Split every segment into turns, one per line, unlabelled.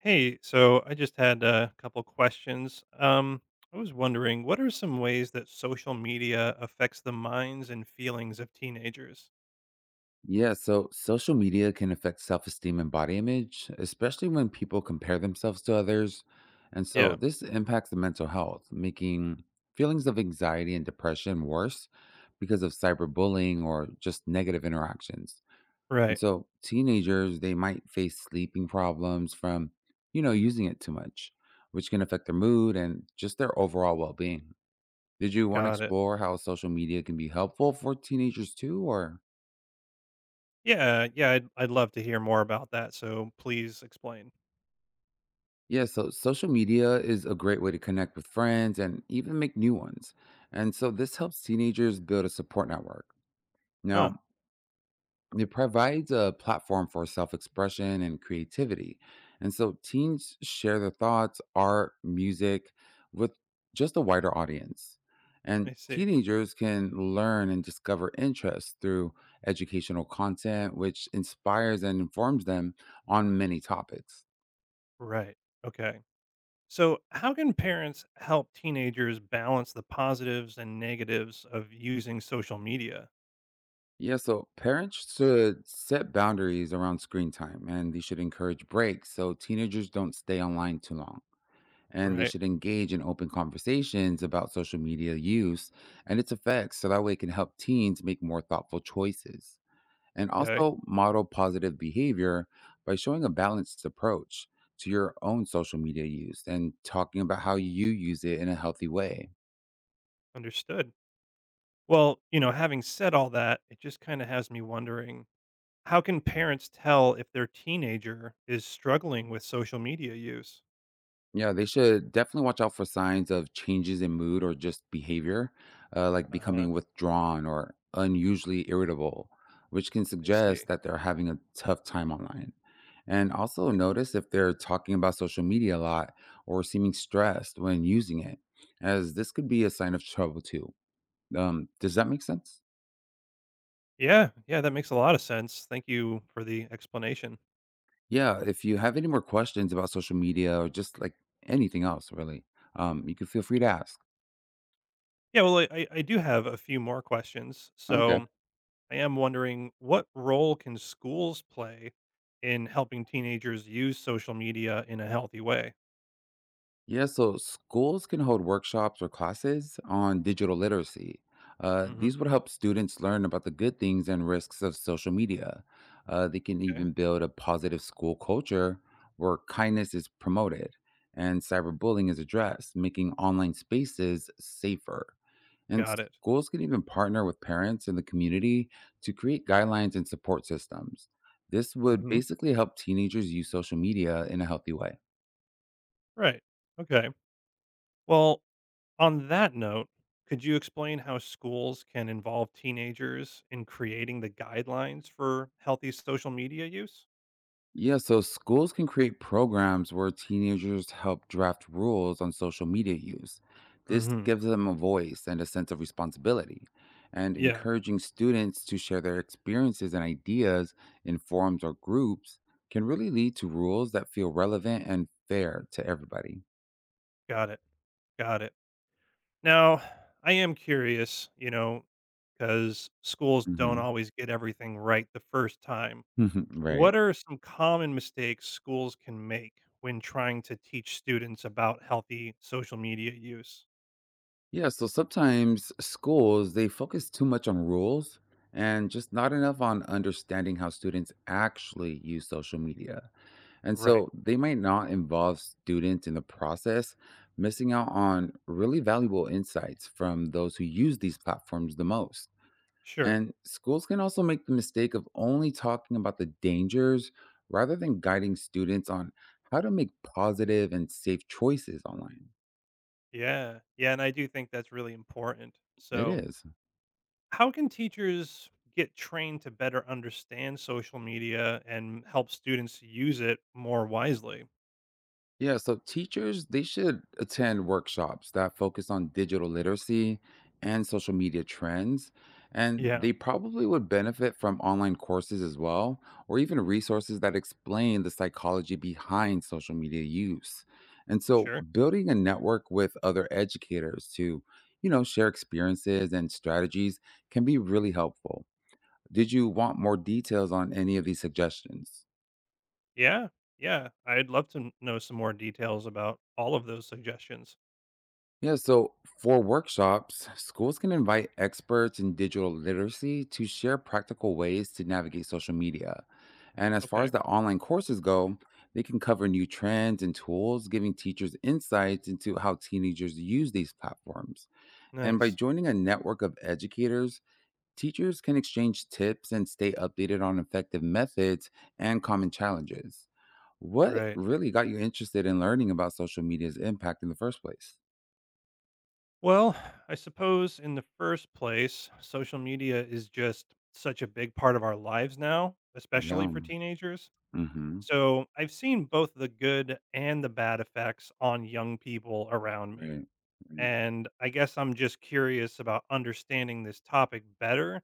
Hey, so I just had a couple questions. I was wondering, what are some ways that social media affects the minds and feelings of teenagers?
Yeah, so social media can affect self esteem and body image, especially when people compare themselves to others. And so
Yeah,
this impacts the mental health, making feelings of anxiety and depression worse because of cyberbullying or just negative interactions. And
right.
so teenagers, they might face sleeping problems from, using it too much, which can affect their mood and just their overall well being. Did you want to
Got it.
explore how social media can be helpful for teenagers too, or?
Yeah, yeah, I'd love to hear more about that. So please explain.
Yeah, so social media is a great way to connect with friends and even make new ones. And so this helps teenagers build a support network.
Oh,
Now, it provides a platform for self expression and creativity. And so teens share their thoughts, art, music with just a wider audience. And
I see.
teenagers can learn and discover interests through educational content, which inspires and informs them on many topics.
Right. Okay. So, how can parents help teenagers balance the positives and negatives of using social media?
Yeah, so parents should set boundaries around screen time and they should encourage breaks so teenagers don't stay online too long. And they
Right.
should engage in open conversations about social media use and its effects so that way it can help teens make more thoughtful choices. And
Okay.
also model positive behavior by showing a balanced approach to your own social media use and talking about how you use it in a healthy way.
Understood. Well, having said all that, it just kind of has me wondering. How can parents tell if their teenager is struggling with social media use?
Yeah, they should definitely watch out for signs of changes in mood or just behavior, like
Uh-huh,
becoming withdrawn or unusually irritable, which can
I see.
suggest that they're having a tough time online. And also notice if they're talking about social media a lot or seeming stressed when using it, as this could be a sign of trouble too. Does that make sense?
Yeah, yeah, that makes a lot of sense. Thank you for the explanation.
Yeah, if you have any more questions about social media or just like anything else, really, you can feel free to ask.
Yeah, well, I do have a few more questions.
Okay.
So I am wondering what role can schools play in helping teenagers use social media in a healthy way?
Yeah, so schools can hold workshops or classes on digital literacy.
Hmm.
These would help students learn about the good things and risks of social media. They can
Okay,
even build a positive school culture where kindness is promoted and cyberbullying is addressed, making online spaces safer. And
got it.
schools can even partner with parents and the community to create guidelines and support systems. This would
Hmm.
basically help teenagers use social media in a healthy way.
Right. Okay. Well, on that note, could you explain how schools can involve teenagers in creating the guidelines for healthy social media use?
Yeah, so schools can create programs where teenagers help draft rules on social media use. This
Hmm.
gives them a voice and a sense of responsibility. And
Yeah,
encouraging students to share their experiences and ideas in forums or groups can really lead to rules that feel relevant and fair to everybody.
got it. Got it. Now, I am curious, because schools don't
Hmm.
always get everything right the first time.
Right.
What are some common mistakes schools can make when trying to teach students about healthy social media use?
Yeah, so sometimes schools they focus too much on rules and just not enough on understanding how students actually use social media. And
Right.
so they might not involve students in the process, missing out on really valuable insights from those who use these platforms the most.
Sure.
And schools can also make the mistake of only talking about the dangers rather than guiding students on how to make positive and safe choices online.
Yeah. Yeah. And I do think that's really important.
It
So,
is.
how can teachers get trained to better understand social media and help students use it more wisely?
Yeah, so teachers, they should attend workshops that focus on digital literacy and social media trends. And
Yeah,
they probably would benefit from online courses as well, or even resources that explain the psychology behind social media use. And so
sure.
building a network with other educators to, share experiences and strategies can be really helpful. Did you want more details on any of these suggestions?
Yeah, yeah. I'd love to know some more details about all of those suggestions.
Yeah, so for workshops, schools can invite experts in digital literacy to share practical ways to navigate social media. And as far
Okay,
as the online courses go, they can cover new trends and tools, giving teachers insights into how teenagers use these platforms. And by
nice.
joining a network of educators, teachers can exchange tips and stay updated on effective methods and common challenges. What
Right.
really got you interested in learning about social media's impact in the first place?
Well, I suppose in the first place, social media is just such a big part of our lives now, especially
Yeah.
for teenagers.
Mhm.
So I've seen both the good and the bad effects on young people around me.
Right, right.
And I guess I'm just curious about understanding this topic better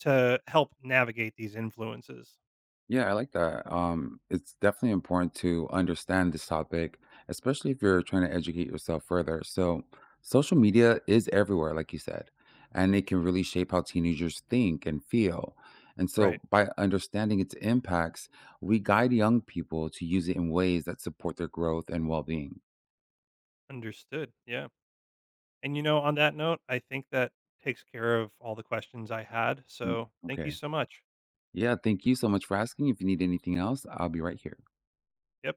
to help navigate these influences.
Yeah, I like that. It's definitely important to understand this topic, especially if you're trying to educate yourself further. So, social media is everywhere, like you said, and it can really shape how teenagers think and feel. And
Right.
so, by understanding its impacts, we guide young people to use it in ways that support their growth and well being.
Understood. Yeah. And on that note, I think that takes care of all the questions I had. So thank you
Okay.
so much.
Yeah, thank you so much for asking. If you need anything else, I'll be right here.
Yep.